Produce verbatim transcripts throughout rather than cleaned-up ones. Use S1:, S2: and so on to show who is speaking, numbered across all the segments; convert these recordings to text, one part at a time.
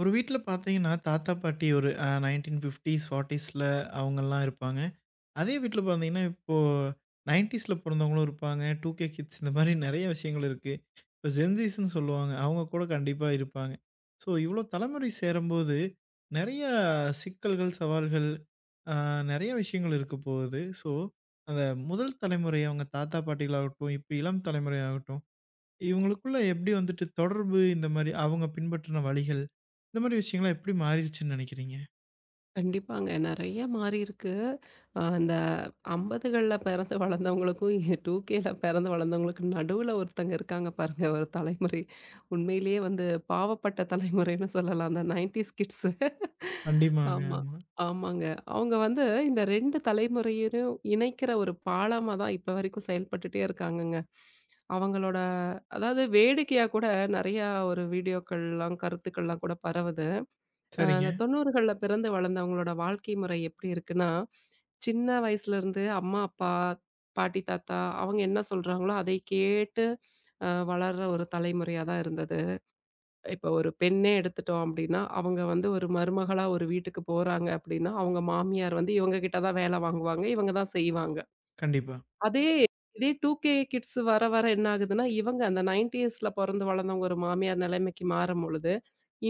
S1: ஒரு வீட்ல பார்த்தீங்கன்னா, தாத்தா, பாட்டி ஒரு அ நைண்டீன் ஃபிஃப்டீஸ், நாற்பதுகள்ல அவங்கலாம் இருப்பாங்க. அதே வீட்ல பார்த்தீங்கன்னா, இப்போ தொண்ணூறுகள்ல பொறந்தவங்களும் இருப்பாங்க. டூ கே கிட்ஸ் இந்த மாரி நெறைய விஷயங்கள் இருக்கு. இப்போ ஜென்ஸீஸ்ன்னு சொல்லுவாங்க. அவங்க கூட கண்டிப்பா இருப்பாங்க. ஸோ, இவ்வளோ தலைமுறை சேரும்போது நெறைய சிக்கல்கள், சவால்கள், அ நெறைய விஷயங்கள் இருக்க போகுது. ஸோ, அந்த முதல் தலைமுறை அவங்க தாத்தா, பாட்டிகளாகட்டும், இப்போ இளம் தலைமுறையாகட்டும் இவங்களுக்குள்ள எப்படி வந்துட்டு தொடர்பு இந்த மாரி அவங்க பின்பற்றின வழிகள், இந்த மாரி விஷயங்கள்லாம் எப்படி மாறிருச்சுன்னு நெனைக்கிறீங்க?
S2: கண்டிப்பாங்க. நெறைய மாறியிருக்கு. அ அந்த ஐம்பதுகள்ல பிறந்து வளர்ந்தவங்களுக்கும், டூகேல பிறந்து வளர்ந்தவங்களுக்கு நடுவுல ஒருத்தங்க இருக்காங்க பாருங்க, ஒரு தலைமுறை. உண்மையிலேயே வந்து பாவப்பட்ட தலைமுறைன்னு சொல்லலாம். அந்த தொண்ணூறுஸ் கிட்ஸ்.
S1: கண்டிப்பாங்க.
S2: ஆமா.
S1: ஆமா.
S2: ஆமாங்க. அவங்க வந்து இந்த ரெண்டு தலைமுறையினயும் இணைக்கிற ஒரு பாலமா தான் இப்ப வரைக்கும் செயல்பட்டுட்டே இருக்காங்கங்க. அவங்களோட, அதாவது, வேடிக்கையா கூட நெறையா ஒரு வீடியோக்கள்லாம், கருத்துக்கள்லாம் கூட பரவுது. அஹ் அந்த
S1: சரிங்க.
S2: தொண்ணூறுகள்ல பிறந்து வளர்ந்தவங்களோட வாழ்க்கை முறை எப்படி இருக்குன்னா, சின்ன வயசுல இருந்து அம்மா, அப்பா, பாட்டி, தாத்தா அவங்க என்ன சொல்றாங்களோ அதை கேட்டு அ வளர்ற ஒரு தலைமுறையா தான் இருந்தது. இப்போ ஒரு பெண்ணே எடுத்துட்டோம் அப்படின்னா, அவங்க வந்து ஒரு மருமகளா ஒரு வீட்டுக்கு போறாங்க அப்படின்னா, அவங்க மாமியார் வந்து இவங்க கிட்ட தான் வேலை வாங்குவாங்க. இவங்க தான் செய்வாங்க.
S1: கண்டிப்பா,
S2: அதே இதே டூகே கிட்ஸ் வர வர என்ன ஆகுதுன்னா, இவங்க அந்த தொண்ணூறுஸ்ல பொறந்து வளர்ந்தவங்க ஒரு மாமியார் நிலைமைக்கு மாறும்பொழுது,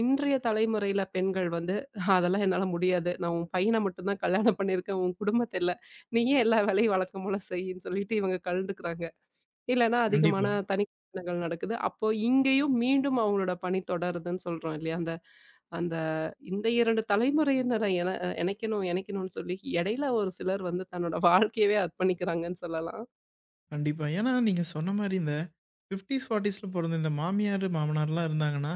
S2: இன்றைய தலைமுறையில பெண்கள் வந்து, "அதெல்லாம் என்னால முடியாது. நான் உன் பையன மட்டும் தான் கல்யாணம் பண்ணியிருக்கேன். உன் குடும்பத்த இல்ல. நீயே எல்லா வேலையும் வழக்கம் போல செய்யின்னு" சொல்லிட்டு இவங்க கலண்டுக்கிறாங்க. இல்லன்னா அதிகமான
S1: கண்டிப்பா,
S2: தனி கல்யாணங்கள் நடக்குது. அப்போ இங்கேயும் மீண்டும் அவங்களோட பணி தொடருதுன்னு சொல்றோம் இல்லையா? அந்த அந்த இந்த இரண்டு தலைமுறையினரை என இணைக்கணும் இணைக்கணும்னு சொல்லி, இடையில ஒரு சிலர் வந்து தன்னோட வாழ்க்கையவே அர்ப்பணிக்கிறாங்கன்னு சொல்லலாம்.
S1: கண்டிப்பா. ஏன்னா நீங்க சொன்ன மாரி இந்த ஐம்பதுகள், நாற்பதுகள்ல பொறந்த இந்த மாமியாரு, மாமனார்லாம் இருந்தாங்கன்னா,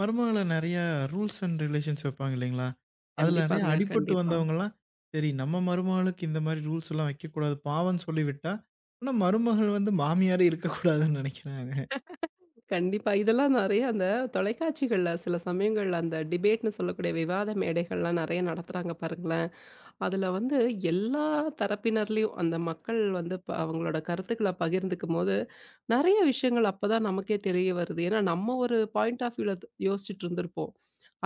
S1: மருமகள நெறைய ரூல்ஸ் அண்ட் ரிலேஷன்ஸ் வைப்பாங்க இல்லைங்களா? அதுல நெறைய
S2: கண்டிப்பாங்க.
S1: அடிபட்டு
S2: கண்டிப்பா.
S1: வந்தவங்கலாம், சரி நம்ம மருமகளுக்கு இந்த மாரி ரூல்ஸ்லாம் வைக்கக்கூடாது பாவம்ன்னு சொல்லி விட்டா, ஆனா மருமகள் வந்து மாமியாரே இருக்கக்கூடாதுன்னு நெனைக்கிறாங்க.
S2: கண்டிப்பா. இதெல்லாம் நெறைய அந்த தொலைக்காட்சிகள்ல சில சமயங்கள்ல அந்த டிபேட்ன்னு சொல்லக்கூடிய விவாத மேடைகள்லாம் நெறைய நடத்துறாங்க பாருங்களேன். அதுல வந்து எல்லா தரப்பினர்லயும் அந்த மக்கள் வந்து ப அவங்களோட கருத்துக்கள பகிர்ந்துக்கும்போது, நெறைய விஷயங்கள் அப்பதான் நமக்கே தெரிய வருது. ஏன்னா நம்ம ஒரு பாயிண்ட் ஆஃப் வியூல யோசிச்சுட்டு இருந்திருப்போம்.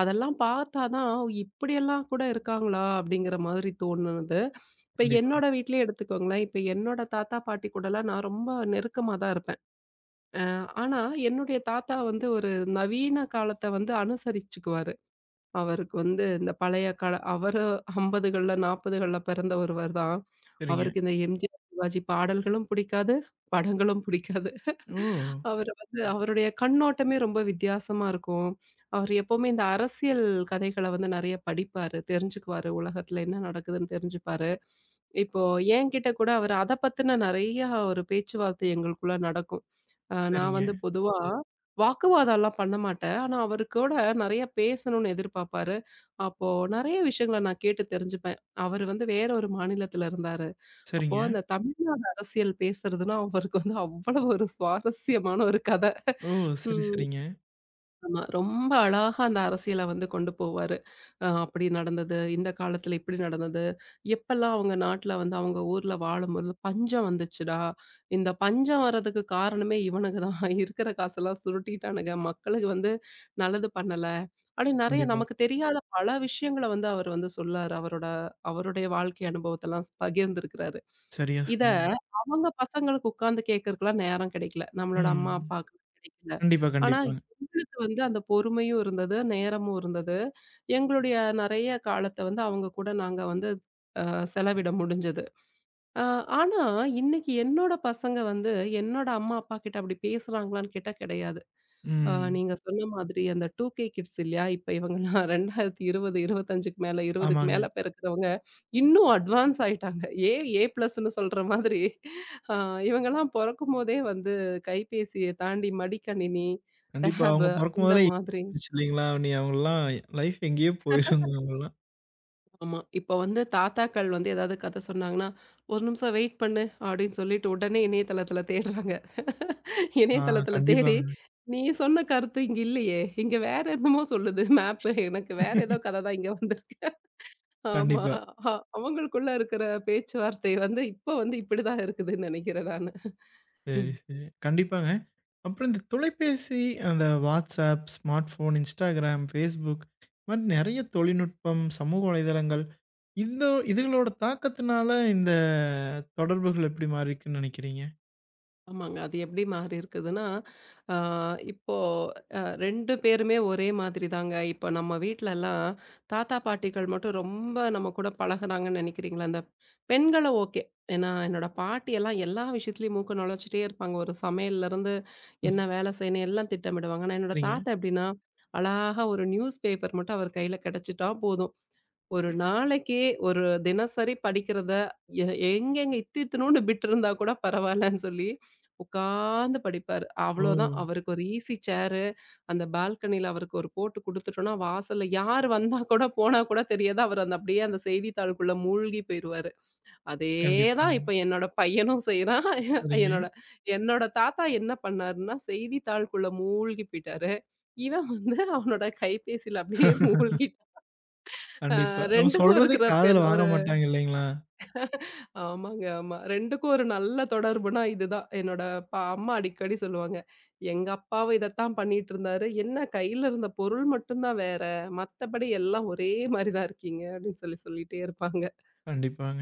S2: அதெல்லாம் பார்த்தா தான் இப்படியெல்லாம் கூட இருக்காங்களா? அப்படிங்கிற மாதிரி தோணுனது. இப்ப
S1: கண்டிப்பாங்க.
S2: என்னோட வீட்லயே எடுத்துக்கோங்களேன். இப்ப என்னோட தாத்தா, பாட்டி கூடலாம் நான் ரொம்ப நெருக்கமா தான் இருப்பேன். அ ஆனா, என்னுடைய தாத்தா வந்து ஒரு நவீன காலத்த வந்து அனுசரிச்சுக்குவாரு. அவருக்கு வந்து இந்த பழைய கால அவரு ஐம்பதுகள்ல நாற்பதுகள்ல பிறந்த ஒருவர் தான்.
S1: சரிங்க.
S2: அவருக்கு இந்த எம்ஜிஆர், சிவாஜி பாடல்களும் பிடிக்காது, படங்களும் பிடிக்காது.
S1: ஓ!
S2: அவரு வந்து அவருடைய கண்ணோட்டமே ரொம்ப வித்தியாசமா இருக்கும். அவர் எப்பவுமே இந்த அரசியல் கதைகள வந்து நெறைய படிப்பாரு, தெரிஞ்சுக்குவாரு. உலகத்துல என்ன நடக்குதுன்னு தெரிஞ்சுப்பாரு. இப்போ என்கிட்ட கூட அவரு அத பத்தின நெறையா ஒரு பேச்சுவார்த்தை எங்களுக்குள்ள நடக்கும். அ நான்
S1: சரிங்க.
S2: வந்து பொதுவா ம். வாக்குவாதம்லாம் பண்ண மாட்டேன். ஆனா, அவரு கூட நெறைய பேசணும்னு எதிர்பார்ப்பாரு. அப்போ நெறைய விஷயங்கள நான் கேட்டு தெரிஞ்சுப்பேன். அவரு வந்து வேற ஒரு மாநிலத்தில இருந்தாரு. அப்போ
S1: சரிங்க.
S2: அந்த தமிழ்நாடு அரசியல் பேசுறதுன்னா அவருக்கு வந்து அவ்வளவு ஒரு சுவாரஸ்யமான ஒரு கத.
S1: ஓ! சரி,
S2: ம்.
S1: சரிங்க.
S2: ஆமா. ரொம்ப அழகா அந்த அரசியல வந்து கொண்டு போவாரு. அ அப்படி நடந்தது, இந்த காலத்துல இப்படி நடந்தது, எப்பல்லாம் அவங்க நாட்டுல வந்து அவங்க ஊர்ல வாழும்பொழுது பஞ்சம் வந்துச்சுடா, இந்த பஞ்சம் வர்றதுக்கு காரணமே இவனுங்க தான். இருக்கிற காசெல்லாம் சுருட்டிட்டானுங்க. மக்களுக்கு வந்து நல்லது பண்ணல. அப்படின்னு நெறைய
S1: கண்டிப்பா.
S2: நமக்கு தெரியாத பல விஷயங்கள வந்து அவர் வந்து சொல்லாரு. அவரோட அவருடைய வாழ்க்கை அனுபவத்தெல்லாம் ஸ் பகிர்ந்திருக்கிறாரு.
S1: சரியா
S2: இத
S1: சொன்னீங்க.
S2: அவங்க பசங்களுக்கு உட்கார்ந்து கேட்கறதுக்குலாம் நேரம் கிடைக்கல. நம்மளோட அம்மா,
S1: ம்.
S2: அப்பாக்கு கிடைக்கல.
S1: கண்டிப்பா,
S2: ஆனா
S1: கண்டிப்பாங்க.
S2: எங்களுக்கு வந்து அந்த பொறுமையும் இருந்தது, நேரமும் இருந்தது. எங்களுடைய நெறைய காலத்த வந்து அவங்க கூட நாங்க வந்து அ செலவிட முடிஞ்சது. அ ஆனா இன்னைக்கு என்னோட பசங்க வந்து என்னோட அம்மா, அப்பா கிட்ட அப்படி பேசுறாங்களான்னு கேட்டா கிடையாது. ஆ
S1: ம்.
S2: நீங்க சொன்ன மாதிரி அந்த டூகே கிட்ஸ் இல்லையா? இப்ப இவங்கலாம் இரண்டாயிரத்து இருபது, இருபத்தி ஐந்துக்கு மேல இருபதுக்கு
S1: ஆமாங்க.
S2: மேல பிறக்கிறவங்க, இன்னும் அட்வான்ஸ் ஆயிட்டாங்க. ஏ ஏ ப்ளஸ்ன்னு சொல்ற மாதிரி ஆ இவங்கலாம் பொறக்கும்போதே வந்து கைபேசிய தாண்டி மடிக்கணினி,
S1: கண்டிப்பா.
S2: டேப்
S1: அவங்க பொறக்கும்
S2: இந்த
S1: போதெல்லாம் ஏ
S2: மாதிரி
S1: வந்துருச்சு இல்லைங்களா? நீ அவங்கலாம் லைஃப் எங்கேயோ போயிருங்க அவங்கலாம்.
S2: ஆமா. இப்ப வந்து தாத்தாக்கள் வந்து ஏதாவது கதை சொன்னாங்கன்னா, "ஒரு நிமிஷம் வெயிட் பண்ணு" அப்படின்னு சொல்லிட்டு உடனே இணையதளத்தில தேடுறாங்க.
S1: ஆ
S2: இணையதளத்தில தேடி,
S1: கண்டிப்பாங்க.
S2: "நீ சொன்ன கருத்து இங்க இல்லையே. இங்க வேற என்னமோ சொல்லுது மேப்பு. எனக்கு வேற ஏதோ கதை தான் இங்க வந்திருக்கு." ஆமா.
S1: கண்டிப்பா.
S2: அ அவங்களுக்குள்ள இருக்கிற பேச்சுவார்த்தை வந்து இப்ப வந்து இப்படிதான் இருக்குதுன்னு நினைக்கிறேன் நானு.
S1: சரி, சரி. கண்டிப்பாங்க. அப்புறம் இந்த தொலைபேசி, அந்த WhatsApp, smart phone, Instagram, Facebook இது மாரி நெறைய தொழில்நுட்பம், சமூக வலைதளங்கள், இந்த இதுகளோட தாக்கத்தினால இந்த தொடர்புகள் எப்படி மாறிருக்குன்னு நெனைக்கிறீங்க?
S2: ஆமாங்க. அது எப்படி மாறி இருக்குதுன்னா, அ இப்போ அ ரெண்டு பேருமே ஒரே மாதிரி தாங்க. இப்போ நம்ம வீட்லலாம் தாத்தா, பாட்டிகள் மட்டும் ரொம்ப நம்ம கூட பழகுறாங்கன்னு நெனைக்கிறீங்களா? அந்த பெண்கள ஓகே. ஏன்னா, என்னோட பாட்டியெல்லாம் எல்லா விஷயத்துலயும் மூக்க நுழைச்சிட்டே இருப்பாங்க. ஒரு சமையல்லருந்து
S1: ம்.
S2: என்ன வேலை செய்யணும் எல்லாம் திட்டமிடுவாங்க. ஆனா, என்னோட
S1: சரிங்க.
S2: தாத்தா எப்படின்னா, அழகா ஒரு நியூஸ் பேப்பர் மட்டும் அவர் கையில கிடைச்சிட்டா போதும். ஒரு நாளைக்கு ஒரு தினசரி படிக்கிறத எ எங்கெங்க இத்து இத்துணூண்டு பிட் இருந்தா கூட பரவாயில்லன்னு சொல்லி உட்கார்ந்து படிப்பாரு.
S1: ஓ!
S2: அவ்வளோதான். அவருக்கு ஒரு ஈஸி சேரு, அந்த பால்கனியில அவருக்கு ஒரு போட்டு குடுத்துட்டோம்னா, வாசல்ல யார் வந்தா கூட போனா கூட தெரியாது. அவர் அந்த அப்படியே அந்த செய்தித்தாளுக்குள்ள மூழ்கி போயிருவாரு. அதே தான்
S1: கண்டிப்பாங்க.
S2: இப்ப என்னோட பையனும் செய்றான்.
S1: சரிங்க.
S2: என்னோட என்னோட தாத்தா என்ன பண்ணாருன்னா, செய்தித்தாளுக்குள்ள மூழ்கி போயிட்டாரு. இவன் வந்து அவனோட கைபேசியில அப்படியே மூழ்கிட்டான். அ
S1: கண்டிப்பா. நம்ம
S2: இரண்டுக்கும்
S1: சொல்றதே
S2: இருக்கிற பேன்
S1: காதுல வாங்க
S2: ஒரு
S1: மாட்டாங்க இல்லைங்களா?
S2: ஆமாங்க, ஆமா. இரண்டுக்கும் ஒரு நல்ல தொடர்புனா இதுதான். என்னோட பா அம்மா அடிக்கடி சொல்லுவாங்க. "எங்க அப்பாவும் இதத்தான் பண்ணிட்டுருந்தாரு. என்ன கையில இருந்த பொருள் மட்டும் தான் வேற. மத்தபடி எல்லாம் ஒரே மாரி தான் இருக்கீங்க." அப்படின்னு சொல்லி சொல்லிட்டே இருப்பாங்க.
S1: கண்டிப்பாங்க.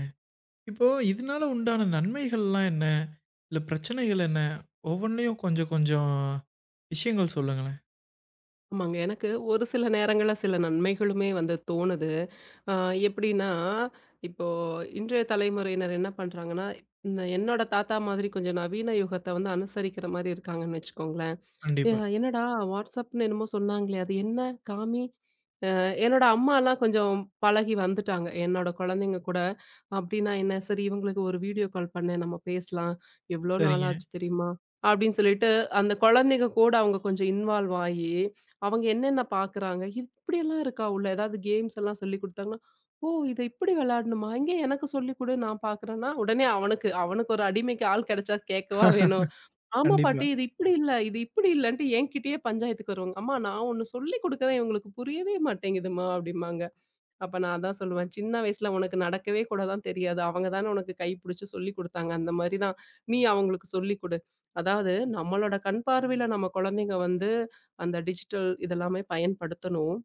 S1: இப்போ இதனால உண்டான நன்மைகள்லாம் என்ன? இல்ல பிரச்சனைகள் என்ன? ஒவ்வொன்லயும் கொஞ்சம் கொஞ்சம் விஷயங்கள் சொல்லுங்களேன்.
S2: ஆமாங்க. எனக்கு ஒரு சில நேரங்கள்ல சில நன்மைகளுமே வந்து தோணுது. அ எப்படின்னா, இப்போ இன்றைய தலைமுறையினர் என்ன பண்றாங்கன்னா, இந்த என்னோட தாத்தா மாதிரி கொஞ்சம் நவீன யுகத்த வந்து அனுசரிக்கிற மாரி இருக்காங்கன்னு வச்சுக்கோங்களேன். ஏ
S1: கண்டிப்பா.
S2: என்னடா WhatsAppன்னு என்னமோ சொன்னாங்களே! அது என்ன? காமி. அ என்னோட அம்மாலாம் கொஞ்சம் பழகி வந்துட்டாங்க. என்னோட குழந்தைங்க கூட அப்படின்னா என்ன? சரி இவங்களுக்கு ஒரு வீடியோ கால் பண்ணேன், நம்ம பேசலாம். எவ்ளோ நாள்
S1: சரிங்க.
S2: ஆச்சு தெரியுமா? அப்படின்னு சொல்லிட்டு, அந்த குழந்தைங்க கூட அவங்க கொஞ்சம் இன்வால்வ் ஆயி, அவங்க என்னென்ன பார்க்குறாங்க, இப்படியெல்லாம் இருக்கா உள்ள? ஏதாவது கேம்ஸ் எல்லாம் சொல்லிக் குடுத்தாங்கன்னா, "ஓ! இத இப்படி விளையாடணுமா? எங்க எனக்கு சொல்லிக் குடு, நான் பார்க்குறேன்னா" உடனே அவனுக்கு அவனுக்கு ஒரு அடிமைக்கு ஆள் கிடைச்சா கேட்கவா வேணும்? "ஆமா
S1: கண்டிப்பா,
S2: பாட்டி, இது இப்படி இல்ல, இது இப்படி இல்லன்ட்டு" என்கிட்டயே பஞ்சாயத்துக்கு வருவாங்க. "அம்மா நான் ஒண்ணு சொல்லிக் குடுக்குறேன், இவங்களுக்கு புரியவே மாட்டேங்குதும்மா" அப்படிம்பாங்க. அப்ப நான் அதான் சொல்லுவேன், "சின்ன வயசுல உனக்கு நடக்கவே கூட தான் தெரியாது. அவங்க தான உனக்கு கைப்பிடிச்சு சொல்லிக் குடுத்தாங்க. அந்த மாரி தான் நீ அவங்களுக்கு சொல்லிக் குடு." அதாவது நம்மளோட கண் பார்வையில நம்ம குழந்தைங்க வந்து அந்த டிஜிட்டல் இதெல்லாமே பயன்படுத்தணும்.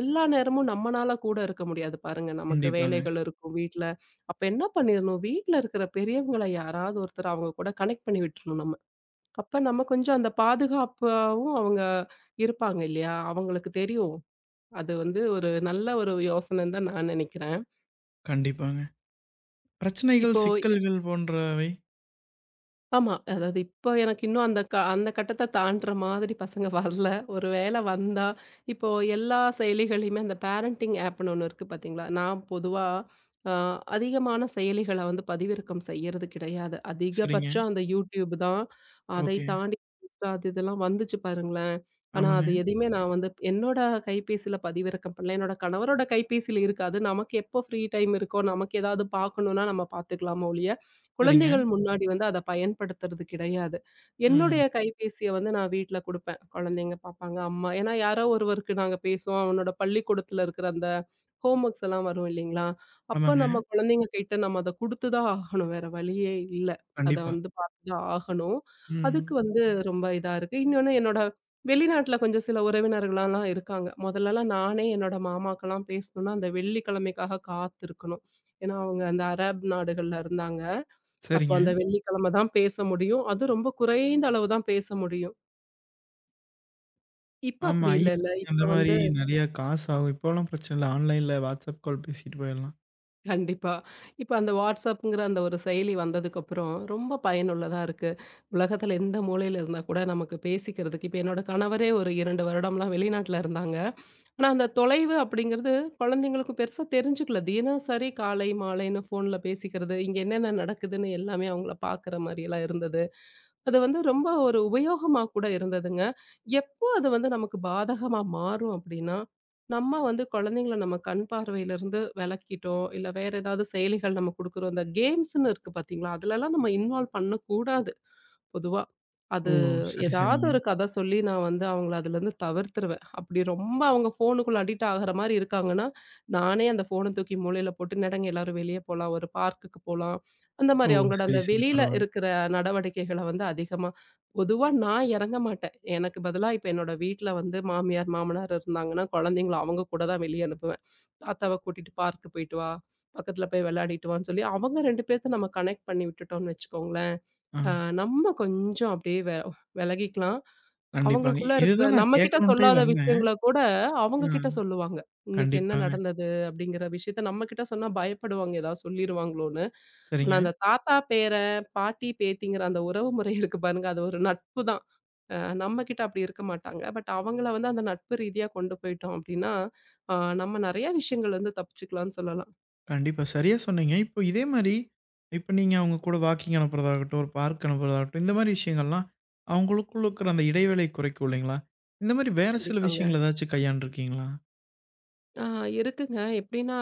S2: எல்லா நேரமும் நம்மனால கூட இருக்க முடியாது பாருங்க. நமக்கு
S1: கண்டிப்பாங்க,
S2: வேலைகள் இருக்கும் வீட்ல. அப்ப என்ன பண்ணிரணும், வீட்ல இருக்கிற பெரியவங்கள யாராவது ஒருத்தர் அவங்க கூட கனெக்ட் பண்ணி விட்டுறணும் நம்ம. அப்ப நம்ம கொஞ்சம் அந்த பாதுகாப்பாவும் அவங்க இருப்பாங்க இல்லையா? அவங்களுக்கு தெரியும். அது வந்து ஒரு நல்ல ஒரு யோசனைன்னு தான் நான் நினைக்கிறேன்.
S1: கண்டிப்பாங்க. பிரச்சனைகள்,
S2: இப்போ
S1: சிக்கல்கள் போன்றவை.
S2: ஆமா. அதாவது இப்ப எனக்கு இன்னும் அந்த க அந்த கட்டத்த தாண்டுற மாதிரி பசங்க வரல. ஒரு வேளை வந்தா, இப்போ எல்லா செயலிகளையுமே அந்த பேரண்டிங் ஆப்ன்னு ஒண்ணு இருக்கு பார்த்தீங்களா? நான் பொதுவா அ அதிகமான செயலிகள வந்து பதிவிறக்கம் செய்யறது கிடையாது.
S1: சரிங்க.
S2: அதிகபட்சம் அந்த YouTube தான். அதை
S1: ஓகே.
S2: தாண்டி Insta அது இதெல்லாம் வந்துச்சு பாருங்களேன். ஆனா
S1: ஆமாங்க.
S2: அது எதையுமே நான் வந்து என்னோட கைபேசியில பதிவிறக்கம் பண்ணல. என்னோட கணவரோட கைபேசியில இருக்கு. அது நமக்கு எப்போ ஃப்ரீ டைம் இருக்கோ, நமக்கு ஏதாவது பார்க்கணும்னா நம்ம பார்த்துக்கலாமா ஒழிய,
S1: சரிங்க.
S2: குழந்தைகள் முன்னாடி வந்து அத பயன்படுத்துறது கிடையாது.
S1: ம்.
S2: என்னுடைய கைபேசிய வந்து நான் வீட்ல குடுப்பேன். குழந்தைங்க பாப்பாங்க, அம்மா. ஏன்னா யாரோ ஒருவருக்கு நாங்க பேசுவோம். அவனோட பள்ளிக்கூடத்துல இருக்கிற அந்த ஹோம் ஒர்க்ஸ் எல்லாம் வரும் இல்லைங்களா? அப்ப
S1: ஆமாங்க.
S2: நம்ம குழந்தைங்க கிட்ட நம்ம அத குடுத்து தான் ஆகணும். வேற வழியே இல்ல. அத
S1: கண்டிப்பா.
S2: வந்து பார்த்து தான் ஆகணும். அதுக்கு
S1: ம்.
S2: வந்து ரொம்ப இதா இருக்கு. இன்னொன்னு என்னோட வெளிநாட்ல கொஞ்சம் சில உறவினர்கள்லாம் இருக்காங்க. முதல்லலாம் நானே என்னோட மாமாக்கெல்லாம் பேசணும்னா, அந்த வெள்ளிக்கிழமைக்காக காத்திருக்கணும். ஏன்னா அவங்க அந்த அரேப் நாடுகள்ல இருந்தாங்க. அப்ப
S1: சரிங்க.
S2: அந்த வெள்ளிக்கிழமை தான் பேச முடியும். அதுவும் ரொம்ப குறைந்த அளவு தான் பேச முடியும். இப்ப
S1: ஆமா.
S2: அப்படி இல்லல்ல.
S1: இ எம் ஐ
S2: இப்ப
S1: அந்த மாரி
S2: வந்து
S1: நெறைய காசு ஆகும். இப்போலாம் பிரச்சனை இல்ல. ஆன்லைன்ல வாட்ஸ்அப் கால் பேசிட்டு போயிடலாம்.
S2: கண்டிப்பா. இப்ப அந்த WhatsAppங்கிற அந்த ஒரு செயலி வந்ததுக்கப்புறம், ரொம்ப பயனுள்ளதா இருக்கு. உலகத்துல எந்த மூலையில இருந்தா கூட நமக்கு பேசிக்கிறதுக்கு இப்ப என்னோட கணவரே ஒரு இரண்டு வருடம்லாம் வெளிநாட்ல இருந்தாங்க. ஆனா அந்த தொலைவு அப்படிங்கிறது குழந்தைங்களுக்கும் பெருசா தெரிஞ்சுக்கல. தினசரி காலை, மாலைன்னு ஃபோன்ல பேசிக்கிறது, இங்க என்னென்ன நடக்குதுன்னு எல்லாமே அவங்கள பாக்குற மாரியெல்லாம் இருந்தது. அது வந்து ரொம்ப ஒரு உபயோகமா கூட இருந்ததுங்க. எப்போ அது வந்து நமக்கு பாதகமா மாறும் அப்டின்னா, நம்ம வந்து குழந்தைங்கள நம்ம கண் பார்வையிலருந்து விலக்கிட்டோம், இல்ல வேற ஏதாவது செயலிகள் நம்ம குடுக்குறோம். இந்த கேம்ஸ்ன்னு இருக்கு பார்த்தீங்களா? அதுலலாம் நம்ம இன்வால்வ் பண்ணக்கூடாது. பொதுவா.
S1: ஓ!
S2: அது
S1: சரி,
S2: ஏதாவது
S1: சரிங்க.
S2: ஒரு கத சொல்லி நான் வந்து அவங்கள அதுலருந்து தவிர்த்துருவேன். அப்படி ரொம்ப அவங்க ஃபோனுக்குள்ள அடிக்ட் ஆகுற மாரி இருக்காங்கன்னா, நானே அந்த ஃபோன தூக்கி மூலையில போட்டு, "நெடங்க எல்லாரும் வெளிய போலாம். ஒரு பார்க்குக்கு போலாம்." அந்த
S1: ஓ!
S2: மாரி அவங்களோட
S1: சரி,
S2: அந்த
S1: சரி.
S2: வெளியில
S1: பரவால்ல.
S2: இருக்கிற நடவடிக்கைகள வந்து அதிகமா பொதுவா நான் இறங்க மாட்டேன். எனக்கு பதிலா இப்ப என்னோட வீட்ல வந்து மாமியார், மாமனார் இருந்தாங்கன்னா, குழந்தைங்கள அவங்க கூட தான் வெளிய அனுப்புவேன். "தாத்தாவ கூட்டிட்டு பார்க் போயிட்டு வா. பக்கத்துல போய் விளையாடிட்டு வான்னு" சொல்லி அவங்க ரெண்டு பேத்த நம்ம கனெக்ட் பண்ணி விட்டுட்டோம்னு வச்சுக்கோங்களேன்.
S1: ஆ.
S2: அ நம்ம கொஞ்சம் அப்படியே வெ வெலகிக்கலாம்.
S1: கண்டிப்பாங்க.
S2: அவங்களுக்குள்ள இருக்கிற
S1: இதுதான் நான்
S2: நம்மகிட்ட
S1: கேட்கணுன்ட்டே
S2: சொல்லாத
S1: வந்தேன்.
S2: விஷயங்கள கூட அவங்க கிட்ட
S1: ஆ.
S2: சொல்லுவாங்க. இன்னைக்கு என்ன
S1: கண்டிப்பாங்க.
S2: நடந்தது அப்படிங்கிற விஷயத்த நம்மகிட்ட சொன்னா பயப்படுவாங்க, ஏதாவது சொல்லிருவாங்களோன்னு. ஆனா
S1: சரிங்க.
S2: அந்த தாத்தா, பேரன், பாட்டி, பேத்திங்கிற அந்த உறவு முறை இருக்கு பாருங்க, அது ஒரு நட்பு தான். அ நம்மகிட்ட அப்படி இருக்க மாட்டாங்க. பட் அவங்கள வந்து அந்த நட்பு ரீதியா கொண்டு போயிட்டோம் அப்படின்னா, அ நம்ம நெறைய விஷயங்கள் வந்து தப்பிச்சுக்கலாம்னு சொல்லலாம்.
S1: கண்டிப்பா. சரியா சொன்னீங்க. இப்போ இதே மாரி, இப்ப நீங்க அவங்க கூட வாக்கிங் அனுப்புறதாகட்டும், ஒரு பார்க் அனுப்புறதாகட்டும், இந்த மாரி விஷயங்கள்லாம் அவங்களுக்குள்ள இருக்கிற அந்த இடைவேளை குறைக்கும் இல்லைங்களா? இந்த மாரி வேற சில
S2: கண்டிப்பாங்க.
S1: விஷயங்கள் ஏதாச்சும் கையாண்டுருக்கீங்களா?
S2: ஆ இருக்குங்க. எப்படின்னா,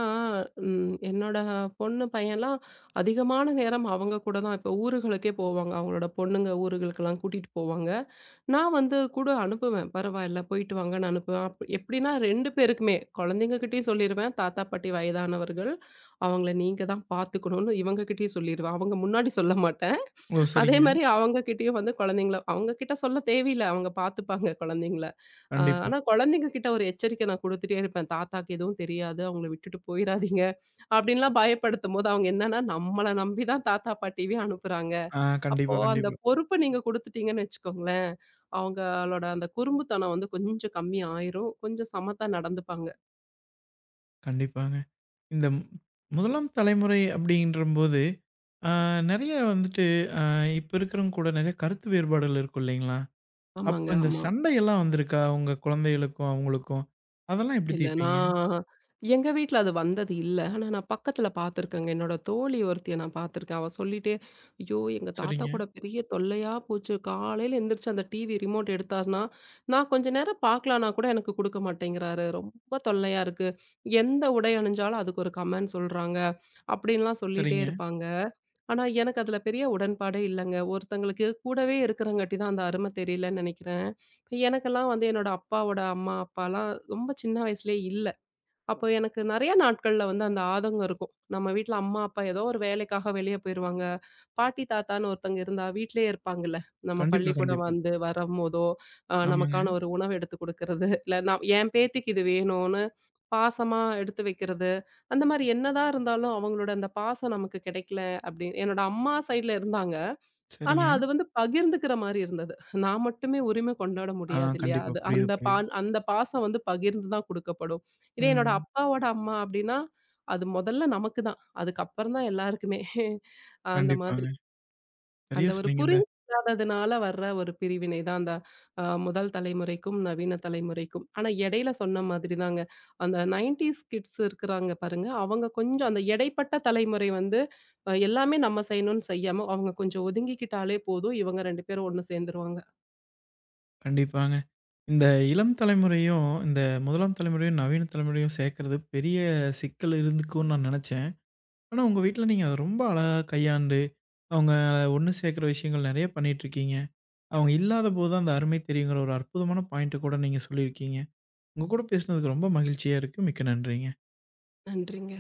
S2: ம் என்னோட பொண்ணு, பையன்லாம் அதிகமான நேரம் அவங்க கூட தான் இப்போ ஊருகளுக்கே போவாங்க. அவங்களோட பொண்ணுங்க ஊருகளுக்கெல்லாம் கூட்டிட்டு போவாங்க. நான் வந்து கூட அனுப்புவேன். பரவாயில்ல போயிட்டு வாங்கன்னு அனுப்புவேன். அப் எப்படின்னா ரெண்டு பேருக்குமே, குழந்தைங்ககிட்டயும் சொல்லிருவேன். தாத்தா, பாட்டி வயதானவர்கள். அவங்கள நீங்க தான் பார்த்துக்கணும்னு இவங்ககிட்டயும் சொல்லிருவேன். அவங்க முன்னாடி சொல்ல மாட்டேன்.
S1: ஓ!
S2: அதே
S1: சரிங்க.
S2: மாரி அவங்க கிட்டயும் வந்து குழந்தைங்கள அவங்க கிட்ட சொல்ல தேவையில்ல. அவங்க பார்த்துப்பாங்க குழந்தைங்கள. அ
S1: கண்டிப்பா.
S2: ஆனா குழந்தைங்க கிட்ட ஒரு எச்சரிக்கை நான் குடுத்துட்டே இருப்பேன். "தாத்தாக்கு எதுவும் தெரியாது. அவங்கள விட்டுட்டு போயிறாதீங்க." அப்படின்லாம் பயப்படுத்தும்போது அவங்க என்னன்னா, நம்மள நம்பி தான் தாத்தா, பாட்டியவே அனுப்புறாங்க.
S1: ஆ.
S2: அப்போ
S1: கண்டிப்பா,
S2: அந்த
S1: கண்டிப்பா.
S2: பொறுப்ப நீங்க குடுத்துட்டீங்கன்னு வச்சுக்கோங்களேன், அவங்களோட அந்த குறும்புத்தனம் வந்து கொஞ்சம் கம்மியாயிரும். கொஞ்சம் சமத்தா நடந்துப்பாங்க.
S1: கண்டிப்பாங்க. இந்த மு- முதலாம் தலைமுறை அப்படின்றம்போது, ஆ நெறைய வந்துட்டு, அ இப்ப இருக்கிறவங்க கூட நெறைய கருத்து வேறுபாடுகள் இருக்கும் இல்லைங்களா? அப்போ
S2: ஆமாங்க,
S1: இந்த
S2: ஆமா.
S1: சண்டையெல்லாம் வந்திருக்கா? உங்க குழந்தைகளுக்கும், அவங்களுக்கும்? அதெல்லாம் எப்படி
S2: இல்ல.
S1: தீர்ப்பீங்க?
S2: நான் எங்க வீட்ல அது வந்தது இல்ல. ஆனா நான் பக்கத்துல பார்த்துருக்கேங்க. என்னோட தோழி ஒருத்திய நான் பார்த்துருக்கேன். அவ சொல்லிட்டே, "ஐயோ! எங்க தாத்தா
S1: சரிங்க,
S2: கூட பெரிய தொல்லையா போச்சு. காலையில எந்திரிச்சு அந்த டிவி ரிமோட் எடுத்தார்னா, நான் கொஞ்ச நேரம் பார்க்கலான்னா கூட எனக்கு குடுக்க மாட்டேங்கிறாரு. ரொம்ப தொல்லையா இருக்கு. எந்த உடை அணிஞ்சாலும் அதுக்கு ஒரு கமெண்ட் சொல்றாங்க." அப்படின்லாம் சொல்லிட்டே
S1: சரிங்க.
S2: இருப்பாங்க. ஆனா எனக்கு அதுல பெரிய உடன்பாடே இல்லங்க. ஒருத்தங்களுக்கு கூடவே இருக்கிறங்காட்டி தான் அந்த அருமை தெரியலன்னு நெனைக்கிறேன். எனக்கெல்லாம் வந்து என்னோட அப்பாவோட அம்மா, அப்பாலாம் ரொம்ப சின்ன வயசுலயே இல்ல. அப்போ எனக்கு நெறைய நாட்கள்ல வந்து அந்த ஆதங்கம் இருக்கும். நம்ம வீட்ல அம்மா, அப்பா ஏதோ ஒரு வேலைக்காக வெளிய போயிருவாங்க. பாட்டி, தாத்தான்னு ஒருத்தவங்க இருந்தா வீட்லயே இருப்பாங்கல்ல. நம்ம
S1: கண்டிப்பா,
S2: பள்ளிக்கூடம்
S1: கண்டிப்பா.
S2: வந்து வரம்போதோ, அ
S1: ஆமாங்க.
S2: நமக்கான ஒரு உணவு எடுத்து குடுக்கறது, இல்ல நான் என் பேத்திக்கு இது வேணும்னு பாசமா எடுத்து வைக்கிறது. அந்த மாரி என்னதான் இருந்தாலும் அவங்களோட அந்த பாசம் நமக்கு கிடைக்கல. அப்டி என்னோட அம்மா சைட்ல இருந்தாங்க. ஆனா,
S1: சரிங்க.
S2: அது வந்து பகிர்ந்துக்கிற மாரி இருந்தது. நான் மட்டுமே உரிமை கொண்டாட
S1: ஆ
S2: முடியாது இல்லையா?
S1: கண்டிப்பா.
S2: அது
S1: புரியுது,
S2: அந்த
S1: புரியுது.
S2: பான் அந்த பாசம் வந்து பகிர்ந்து தான் குடுக்கப்படும். இதே என்னோட
S1: ம்.
S2: அப்பாவோட அம்மா அப்டின்னா, அது மொதல்ல நமக்கு தான். அதுக்கப்புறம் தான் எல்லாருக்குமே. அந்த மாதிரி.
S1: கண்டிப்பாங்க. சரியா
S2: அந்த ஒரு
S1: சொன்னீங்க. இந்த
S2: புரிதல் இல்லாததுனால வர்ற ஒரு பிரிவினை தான் அந்த அ, முதல் தலைமுறைக்கும், நவீன தலைமுறைக்கும். ஆனா இடையில சொன்ன மாதிரி தாங்க. அந்த 90ஸ் கிட்ஸ் இருக்கிறாங்க பாருங்க. அவங்க கொஞ்சம் அந்த இடைப்பட்ட தலைமுறை வந்து அ எல்லாமே நம்ம செய்யணும்னு செய்யாம, அவங்க கொஞ்சம் ஒதுங்கிக்கிட்டாலே போதும். இவங்க ரெண்டு பேரும் ஒண்ணு சேர்ந்துருவாங்க.
S1: கண்டிப்பாங்க. இந்த இளம் தலைமுறையும், இந்த முதலாம் தலைமுறையும், நவீன தலைமுறையும் சேர்க்கிறது பெரிய சிக்கல் இருந்துக்கும்னு நான் நெனச்சேன். ஆனா, உங்க வீட்ல நீங்க அத ரொம்ப அழகா கையாண்டு, அவங்க ஒண்ணு சேர்க்குற விஷயங்கள் நெறைய பண்ணிட்டுருக்கீங்க. அவங்க இல்லாதபோது தான் அந்த அருமை தெரியுங்கிற ஒரு அற்புதமான பாயிண்ட்ட கூட நீங்க சொல்லியிருக்கீங்க. உங்க கூட பேசினதுக்கு ரொம்ப மகிழ்ச்சியா இருக்கு. மிக்க நன்றிங்க.
S2: நன்றிங்க.